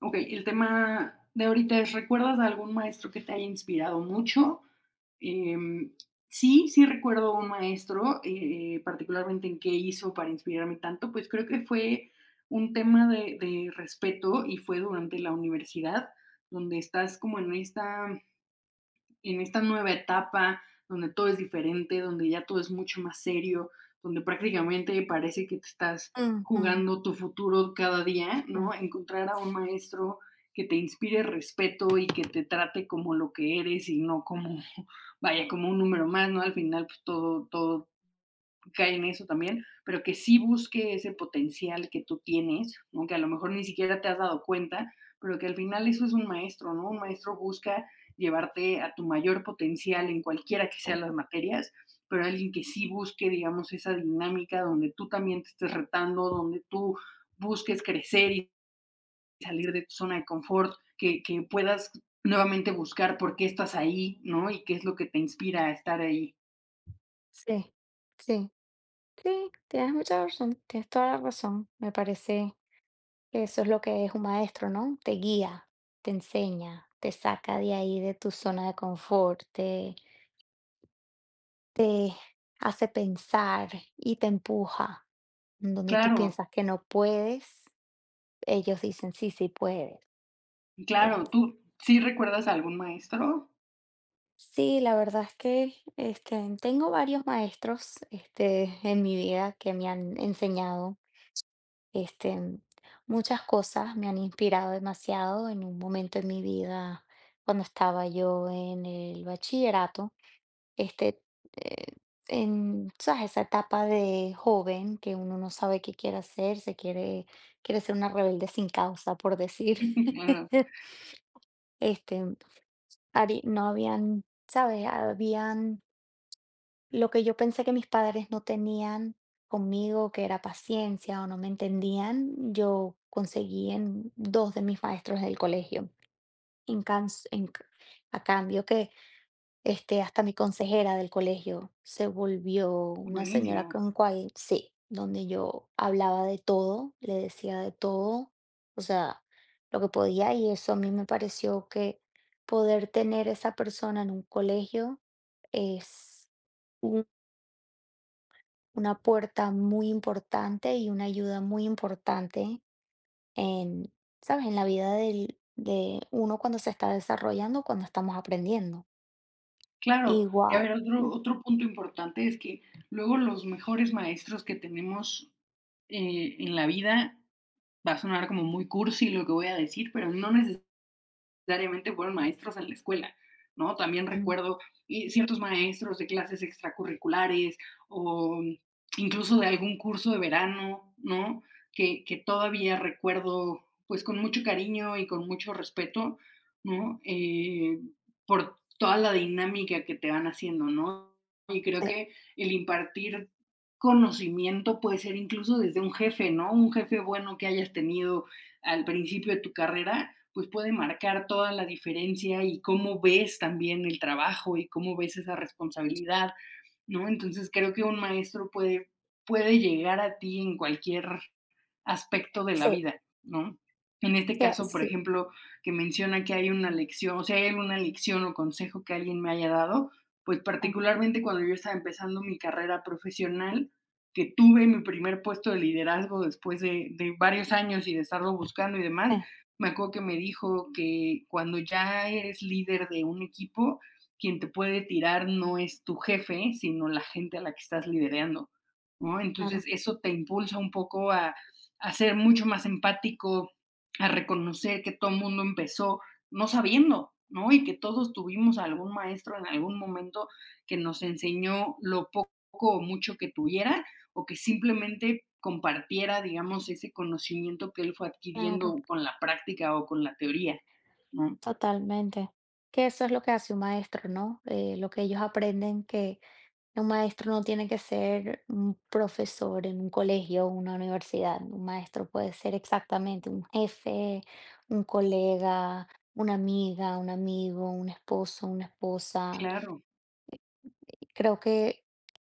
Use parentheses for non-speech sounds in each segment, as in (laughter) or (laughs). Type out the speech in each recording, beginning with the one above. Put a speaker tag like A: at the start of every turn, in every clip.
A: Ok, el tema de ahorita es, ¿recuerdas a algún maestro que te haya inspirado mucho? Em, sí, sí recuerdo un maestro, particularmente en qué hizo para inspirarme tanto, pues creo que fue un tema de respeto y fue durante la universidad, donde estás como en esta nueva etapa donde todo es diferente, donde ya todo es mucho más serio, donde prácticamente parece que te estás
B: Ujú, mm,
A: jugando tu futuro cada día, ¿no? Encontrar a un maestro que te inspire respeto y que te trate como lo que eres y no como, (laughs) vaya, como un número más, ¿no? Al final, pues todo cae en eso también, pero que sí busque ese potencial que tú tienes, aunque ¿no? Que a lo mejor ni siquiera te has dado cuenta, pero que al final eso es un maestro, ¿no? Un maestro busca llevarte a tu mayor potencial en cualquiera que sean las materias, pero alguien que sí busque, digamos, esa dinámica donde tú también te estés retando, donde tú busques crecer y salir de tu zona de confort, que puedas nuevamente buscar por qué estás ahí, ¿no? Y qué es lo que te inspira a estar ahí.
B: sí, sí, sí, tienes mucha razón, tienes toda la razón. Me parece que eso es lo que es un maestro, ¿no? Te guía, te enseña, te saca de ahí, de tu zona de confort, te hace pensar y te empuja. En donde tú
A: Claro,
B: piensas que no puedes, ellos dicen, sí, sí puedes. Eh,
A: claro, ¿tú sí recuerdas a algún maestro?
B: sí, la verdad es que tengo varios maestros en mi vida que me han enseñado. Este, mm, Muchas cosas me han inspirado demasiado en un momento en mi vida cuando estaba yo en el bachillerato. Este, eh, ¿Sabes? Esa etapa de joven que uno no sabe qué quiere hacer, quiere ser una rebelde sin causa, por decir.
A: (laughs) Claro,
B: (laughs) Este, Ari, no habían, ¿sabes? Habían lo que yo pensé que mis padres no tenían conmigo, que era paciencia o no me entendían, yo conseguí en dos de mis maestros del colegio. En cans- en c- A cambio que hasta mi consejera del colegio se volvió una señora
A: buenísimo.
B: con cual, sí, donde yo hablaba de todo, le decía de todo, o sea, lo que podía, y eso a mí me pareció que poder tener esa persona en un colegio es una puerta muy importante y una ayuda muy importante en, ¿sabes? En la vida de uno cuando se está desarrollando, cuando estamos aprendiendo.
A: Claro, y a
B: Igual.
A: ver, otro
B: Mm,
A: otro punto importante es que luego los mejores maestros que tenemos, en la vida, va a sonar como muy cursi lo que voy a decir, pero no necesariamente fueron maestros en la escuela, ¿no? También
B: mm,
A: recuerdo ciertos maestros de clases extracurriculares o incluso de algún curso de verano, ¿no? Que todavía recuerdo pues con mucho cariño y con mucho respeto, ¿no? Por toda la dinámica que te van haciendo, ¿no? Y creo
B: Sí,
A: que el impartir conocimiento puede ser incluso desde un jefe, ¿no? Un jefe bueno que hayas tenido al principio de tu carrera pues puede marcar toda la diferencia y cómo ves también el trabajo y cómo ves esa responsabilidad, ¿no? Entonces creo que un maestro puede llegar a ti en cualquier aspecto de la
B: sí,
A: vida, ¿no? En este
B: sí,
A: caso, por
B: sí.
A: ejemplo, que menciona que hay una lección, o sea, hay una lección o consejo que alguien me haya dado, pues
B: Ah,
A: particularmente cuando yo estaba empezando mi carrera profesional, que tuve mi primer puesto de liderazgo después de varios años y de estarlo buscando y demás,
B: eh,
A: me acuerdo que me dijo que cuando ya eres líder de un equipo, quien te puede tirar no es tu jefe, sino la gente a la que estás liderando, ¿no? Entonces
B: claro,
A: eso te impulsa un poco a ser mucho más empático, a reconocer que todo el mundo empezó no sabiendo, ¿no? Y que todos tuvimos algún maestro en algún momento que nos enseñó lo poco o mucho que tuviera o que simplemente compartiera, digamos, ese conocimiento que él fue
B: claro.
A: adquiriendo con la práctica o con la teoría, ¿no?
B: Totalmente. Que eso es lo que hace un maestro, ¿no? Lo que ellos aprenden, que un maestro no tiene que ser un profesor en un colegio o una universidad. Un maestro puede ser exactamente un jefe, un colega, una amiga, un amigo, un esposo, una esposa.
A: Claro,
B: Creo que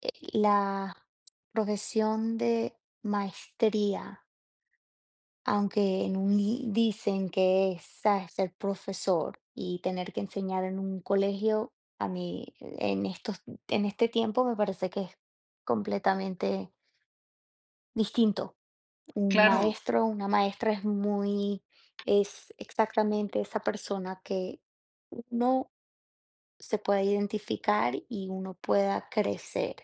B: la profesión de maestría aunque en un li dicen que es, ¿sabes?, ser profesor y tener que enseñar en un colegio, a mí en estos en este tiempo me parece que es completamente distinto. Un
A: claro,
B: maestro, una maestra es muy es exactamente esa persona que uno se pueda identificar y uno pueda crecer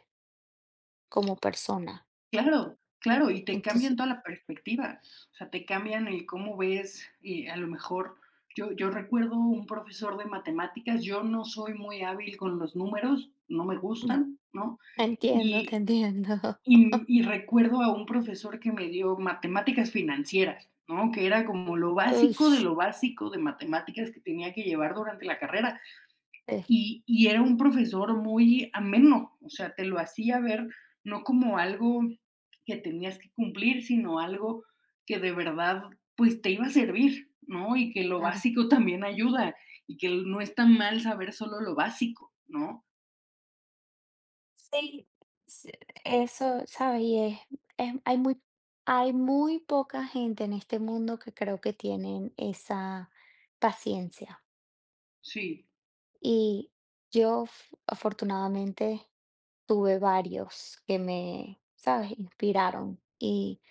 B: como persona.
A: claro, claro, y te cambian
B: Entonces,
A: toda la perspectiva, o sea, te cambian el cómo ves, a lo mejor, yo recuerdo un profesor de matemáticas, yo no soy muy hábil con los números, no me gustan, ¿no?
B: (laughs) entiendo, te
A: Y
B: entiendo. (laughs)
A: y recuerdo a un profesor que me dio matemáticas financieras, ¿no? Que era como
B: Uy, sí,
A: lo básico de matemáticas que tenía que llevar durante la carrera. Y era un profesor muy ameno, o sea, te lo hacía ver no como algo que tenías que cumplir, sino algo que de verdad, pues, te iba a servir, ¿no? Y que lo
B: claro.
A: básico también ayuda, y que no está mal saber solo lo básico, ¿no?
B: Sí, s Eso, ¿sabes? Y es hay muy poca gente en este mundo que creo que tienen esa paciencia.
A: Sí,
B: Y yo, f afortunadamente, tuve varios que me, ¿sabes?, inspiraron y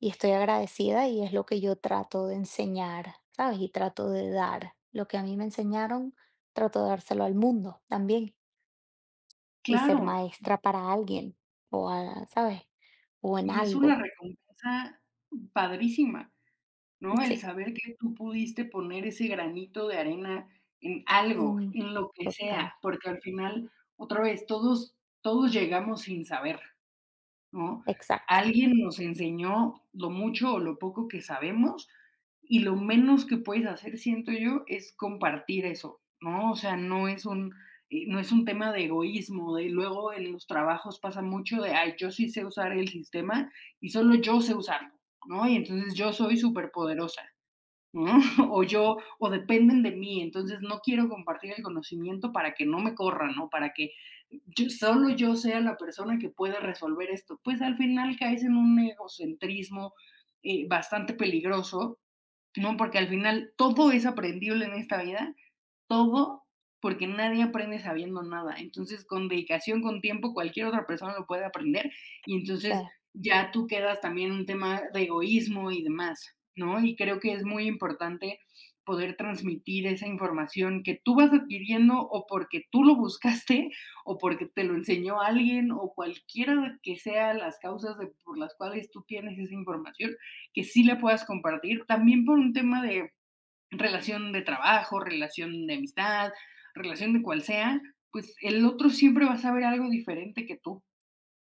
B: y estoy agradecida, y es lo que yo trato de enseñar, ¿sabes? Y trato de dar. Lo que a mí me enseñaron, trato de dárselo al mundo también. Y ser
A: claro.
B: maestra para alguien ¿sabes? O en
A: Y es una
B: algo.
A: recompensa padrísima, ¿no? El
B: Sí.
A: saber que tú pudiste poner ese granito de arena en algo,
B: Mm,
A: en lo que
B: total,
A: sea, porque al final, otra vez, todos llegamos sin saber. ¿No?
B: exacto.
A: Alguien nos enseñó lo mucho o lo poco que sabemos y lo menos que puedes hacer, siento yo, es compartir eso, ¿no? O sea, no es un tema de egoísmo, de luego en los trabajos pasa mucho de, ay, yo sí sé usar el sistema y solo yo sé usarlo, ¿no? Y entonces yo soy superpoderosa. ¿No? (laughs) O dependen de mí, entonces no quiero compartir el conocimiento para que no me corran, ¿no? Para que solo yo sea la persona que pueda resolver esto. Pues al final caes en un egocentrismo bastante peligroso, ¿no? Porque al final todo es aprendible en esta vida todo porque nadie aprende sabiendo nada. Entonces, con dedicación, con tiempo, cualquier otra persona lo puede aprender y
B: Sí,
A: entonces ya tú quedas también en un tema de egoísmo y demás, ¿no? Y creo que es muy importante poder transmitir esa información que tú vas adquiriendo o porque tú lo buscaste o porque te lo enseñó alguien o cualquiera que sean las por las cuales tú tienes esa información, que sí la puedas compartir, también por un tema de relación de trabajo, relación de amistad, relación de cual sea, pues el otro siempre va a saber algo diferente que tú,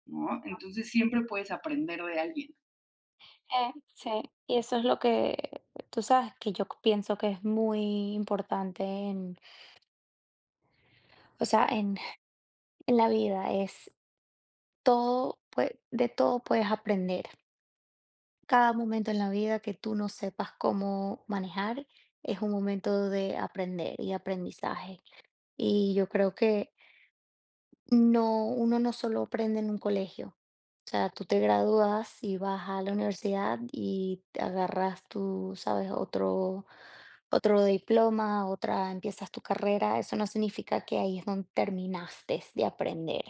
A: ¿no? Entonces siempre puedes aprender de alguien.
B: sí, sí. Y eso es lo que tú sabes que yo pienso que es muy importante en, o sea, en la vida, es todo, pues de todo puedes aprender. Cada momento en la vida que tú no sepas cómo manejar es un momento de aprender y aprendizaje. Y yo creo que no, uno no solo aprende en un colegio. O sea, tú te gradúas y vas a la universidad y te agarras tu, sabes, otro diploma, otra, empiezas tu carrera. Eso no significa que ahí es donde terminaste de aprender,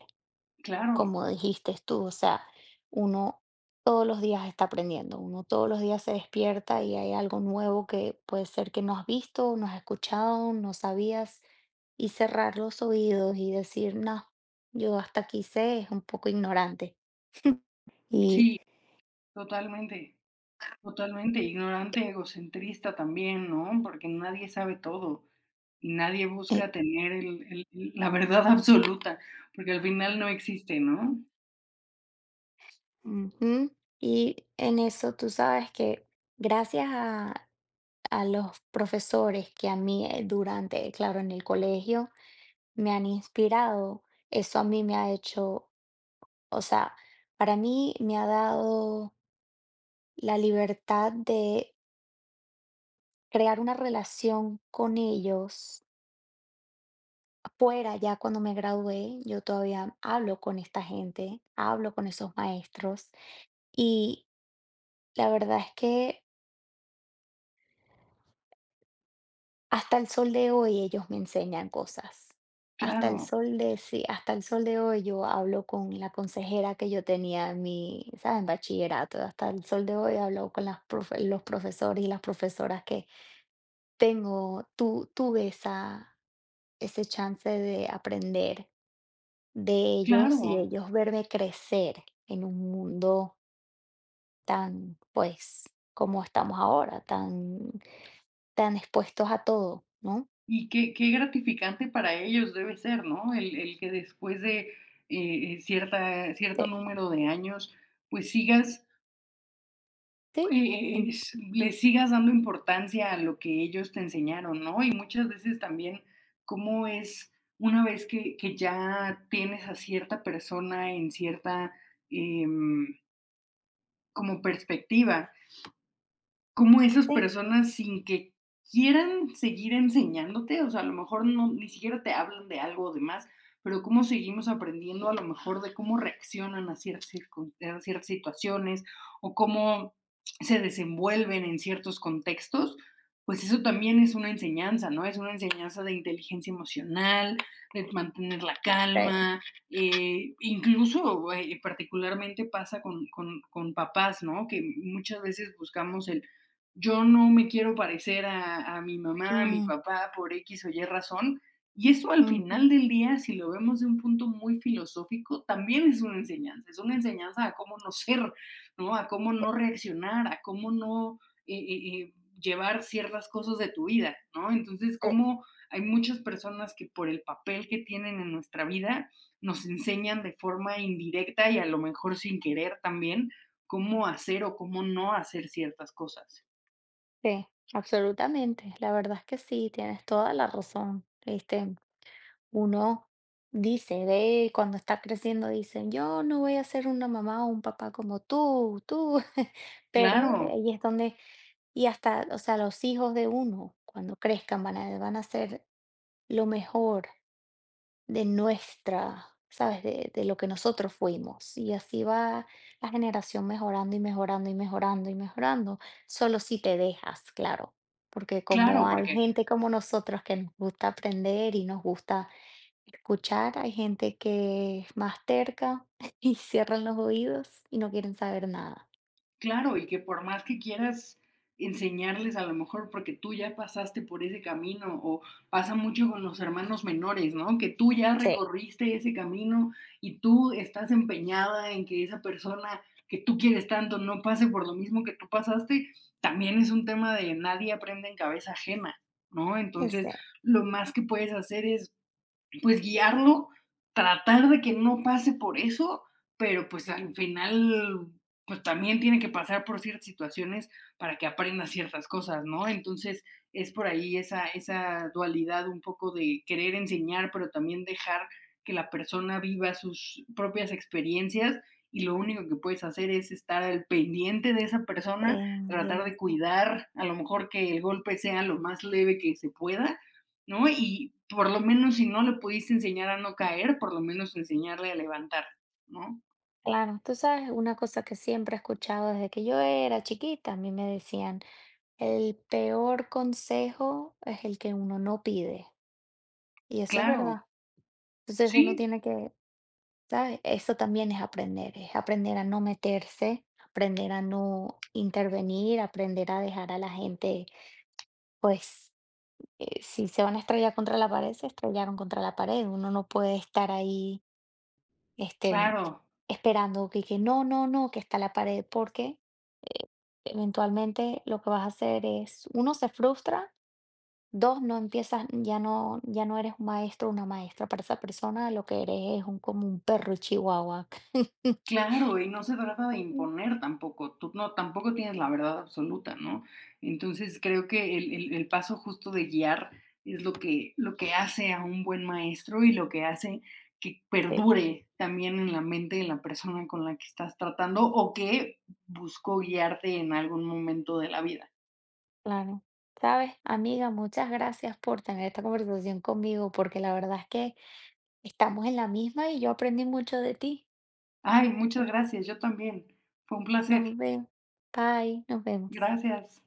A: Claro,
B: como dijiste tú. O sea, uno todos los días está aprendiendo, uno todos los días se despierta y hay algo nuevo que puede ser que no has visto, no has escuchado, no sabías, y cerrar los oídos y decir, no, yo hasta aquí sé, es un poco ignorante. (laughs) Y,
A: sí, totalmente, totalmente. Ignorante, egocentrista también, ¿no? Porque nadie sabe todo y nadie
B: eh,
A: busca tener la verdad (laughs) absoluta, porque al final no existe, ¿no?
B: ujú, y en eso tú sabes que gracias a los profesores que a mí durante, claro, en el colegio me han inspirado, eso a mí me ha hecho, o sea, para mí me ha dado la libertad de crear una relación con ellos. Fuera, ya cuando me gradué, yo todavía hablo con esta gente, hablo con esos maestros, y la verdad es que hasta el sol de hoy ellos me enseñan cosas. Hasta
A: Claro,
B: el sol de, sí, hasta el sol de hoy yo hablo con la consejera que yo tenía en mi, ¿sabes? En bachillerato. Hasta el sol de hoy hablo con los profesores y las profesoras que tuve esa, ese chance de aprender de ellos y
A: claro.
B: ellos verme crecer en un mundo tan, pues, como estamos ahora, tan, tan expuestos a todo, ¿no?
A: Y qué gratificante para ellos debe ser, ¿no? El que después de, cierta
B: Sí,
A: cierto número de años, pues sigas,
B: sí, en-
A: s le sigas dando importancia a lo que ellos te enseñaron, ¿no? Y muchas veces también cómo es una vez que ya tienes a cierta persona en cierta, em, como perspectiva, cómo esas
B: sí,
A: personas sin que quieran seguir enseñándote, o sea, a lo mejor no ni siquiera te hablan de algo o demás, pero cómo seguimos aprendiendo a lo mejor de cómo reaccionan a ciertas circun a ciertas situaciones o cómo se desenvuelven en ciertos contextos, pues eso también es una enseñanza, ¿no? Es una enseñanza de inteligencia emocional, de mantener la
B: eh,
A: calma, incluso, particularmente pasa con papás, ¿no? Que muchas veces buscamos el yo no me quiero parecer a mi mamá, a mi
B: mm,
A: papá, por X o Y razón. Y eso al
B: ujú,
A: final del día, si lo vemos de un punto muy filosófico, también es una enseñanza a cómo no ser, ¿no? A cómo no
B: eh,
A: reaccionar, a cómo no eh, eh, eh, llevar ciertas cosas de tu vida, ¿no? Entonces,
B: eh,
A: cómo hay muchas personas que por el papel que tienen en nuestra vida, nos enseñan de forma indirecta y a lo mejor sin querer también cómo hacer o cómo no hacer ciertas cosas.
B: sí, absolutamente. La verdad es que sí, tienes toda la razón. Uno dice, ve, cuando está creciendo, dicen, yo no voy a ser una mamá o un papá como tú, (laughs) pero
A: Claro,
B: ahí es donde. Y hasta, o sea, los hijos de uno, cuando crezcan, van a ser lo mejor de nuestra, ¿sabes? De lo que nosotros fuimos. Y así va la generación mejorando y mejorando y mejorando y mejorando. Solo si te dejas, claro. Porque como
A: claro,
B: hay
A: porque
B: gente como nosotros que nos gusta aprender y nos gusta escuchar, hay gente que es más terca (laughs) y cierran los oídos y no quieren saber nada.
A: claro, y que por más que quieras enseñarles, a lo mejor porque tú ya pasaste por ese camino, o pasa mucho con los hermanos menores, ¿no? Que tú ya
B: Sí.
A: recorriste ese camino y tú estás empeñada en que esa persona que tú quieres tanto no pase por lo mismo que tú pasaste, también es un tema de nadie aprende en cabeza ajena, ¿no? Entonces,
B: Ese
A: lo más que puedes hacer es pues guiarlo, tratar de que no pase por eso, pero pues al final pues también tiene que pasar por ciertas situaciones para que aprenda ciertas cosas, ¿no? Entonces es por ahí esa dualidad un poco de querer enseñar, pero también dejar que la persona viva sus propias experiencias y lo único que puedes hacer es estar al pendiente de esa persona, tratar de
B: pendiente.
A: cuidar, a lo mejor que el golpe sea lo más leve que se pueda, ¿no? Y por lo menos si no le pudiste enseñar a no caer, por lo menos enseñarle a levantar, ¿no?
B: Claro, tú sabes, una cosa que siempre he escuchado desde que yo era chiquita, a mí me decían, el peor consejo es el que uno no pide. Y eso es
A: Claro,
B: verdad. Entonces uno
A: sí,
B: tiene que, ¿sabes? Eso también es aprender a no meterse, aprender a no intervenir, aprender a dejar a la gente, pues, si se van a estrellar contra la pared, se estrellaron contra la pared. Uno no puede estar ahí este,
A: claro,
B: esperando que no, no, no, que está la pared, porque eh, eventualmente lo que vas a hacer es, uno, se frustra, dos, no empiezas, ya no eres un maestro o una maestra para esa persona, lo que eres es un, como un perro chihuahua. (laughs)
A: claro, y no se trata de
B: Mm.
A: imponer tampoco, tú no, tampoco tienes la verdad absoluta, ¿no? Entonces creo que el paso justo de guiar es lo que hace a un buen maestro y lo que hace que
B: Sí,
A: perdure también en la mente de la persona con la que estás tratando o que buscó guiarte en algún momento de la vida.
B: claro. Sabes, amiga, muchas gracias por tener esta conversación conmigo, porque la verdad es que estamos en la misma y yo aprendí mucho de ti.
A: Ay, muchas gracias, yo también. Fue un placer.
B: Nos vemos. Bye, nos vemos.
A: Gracias.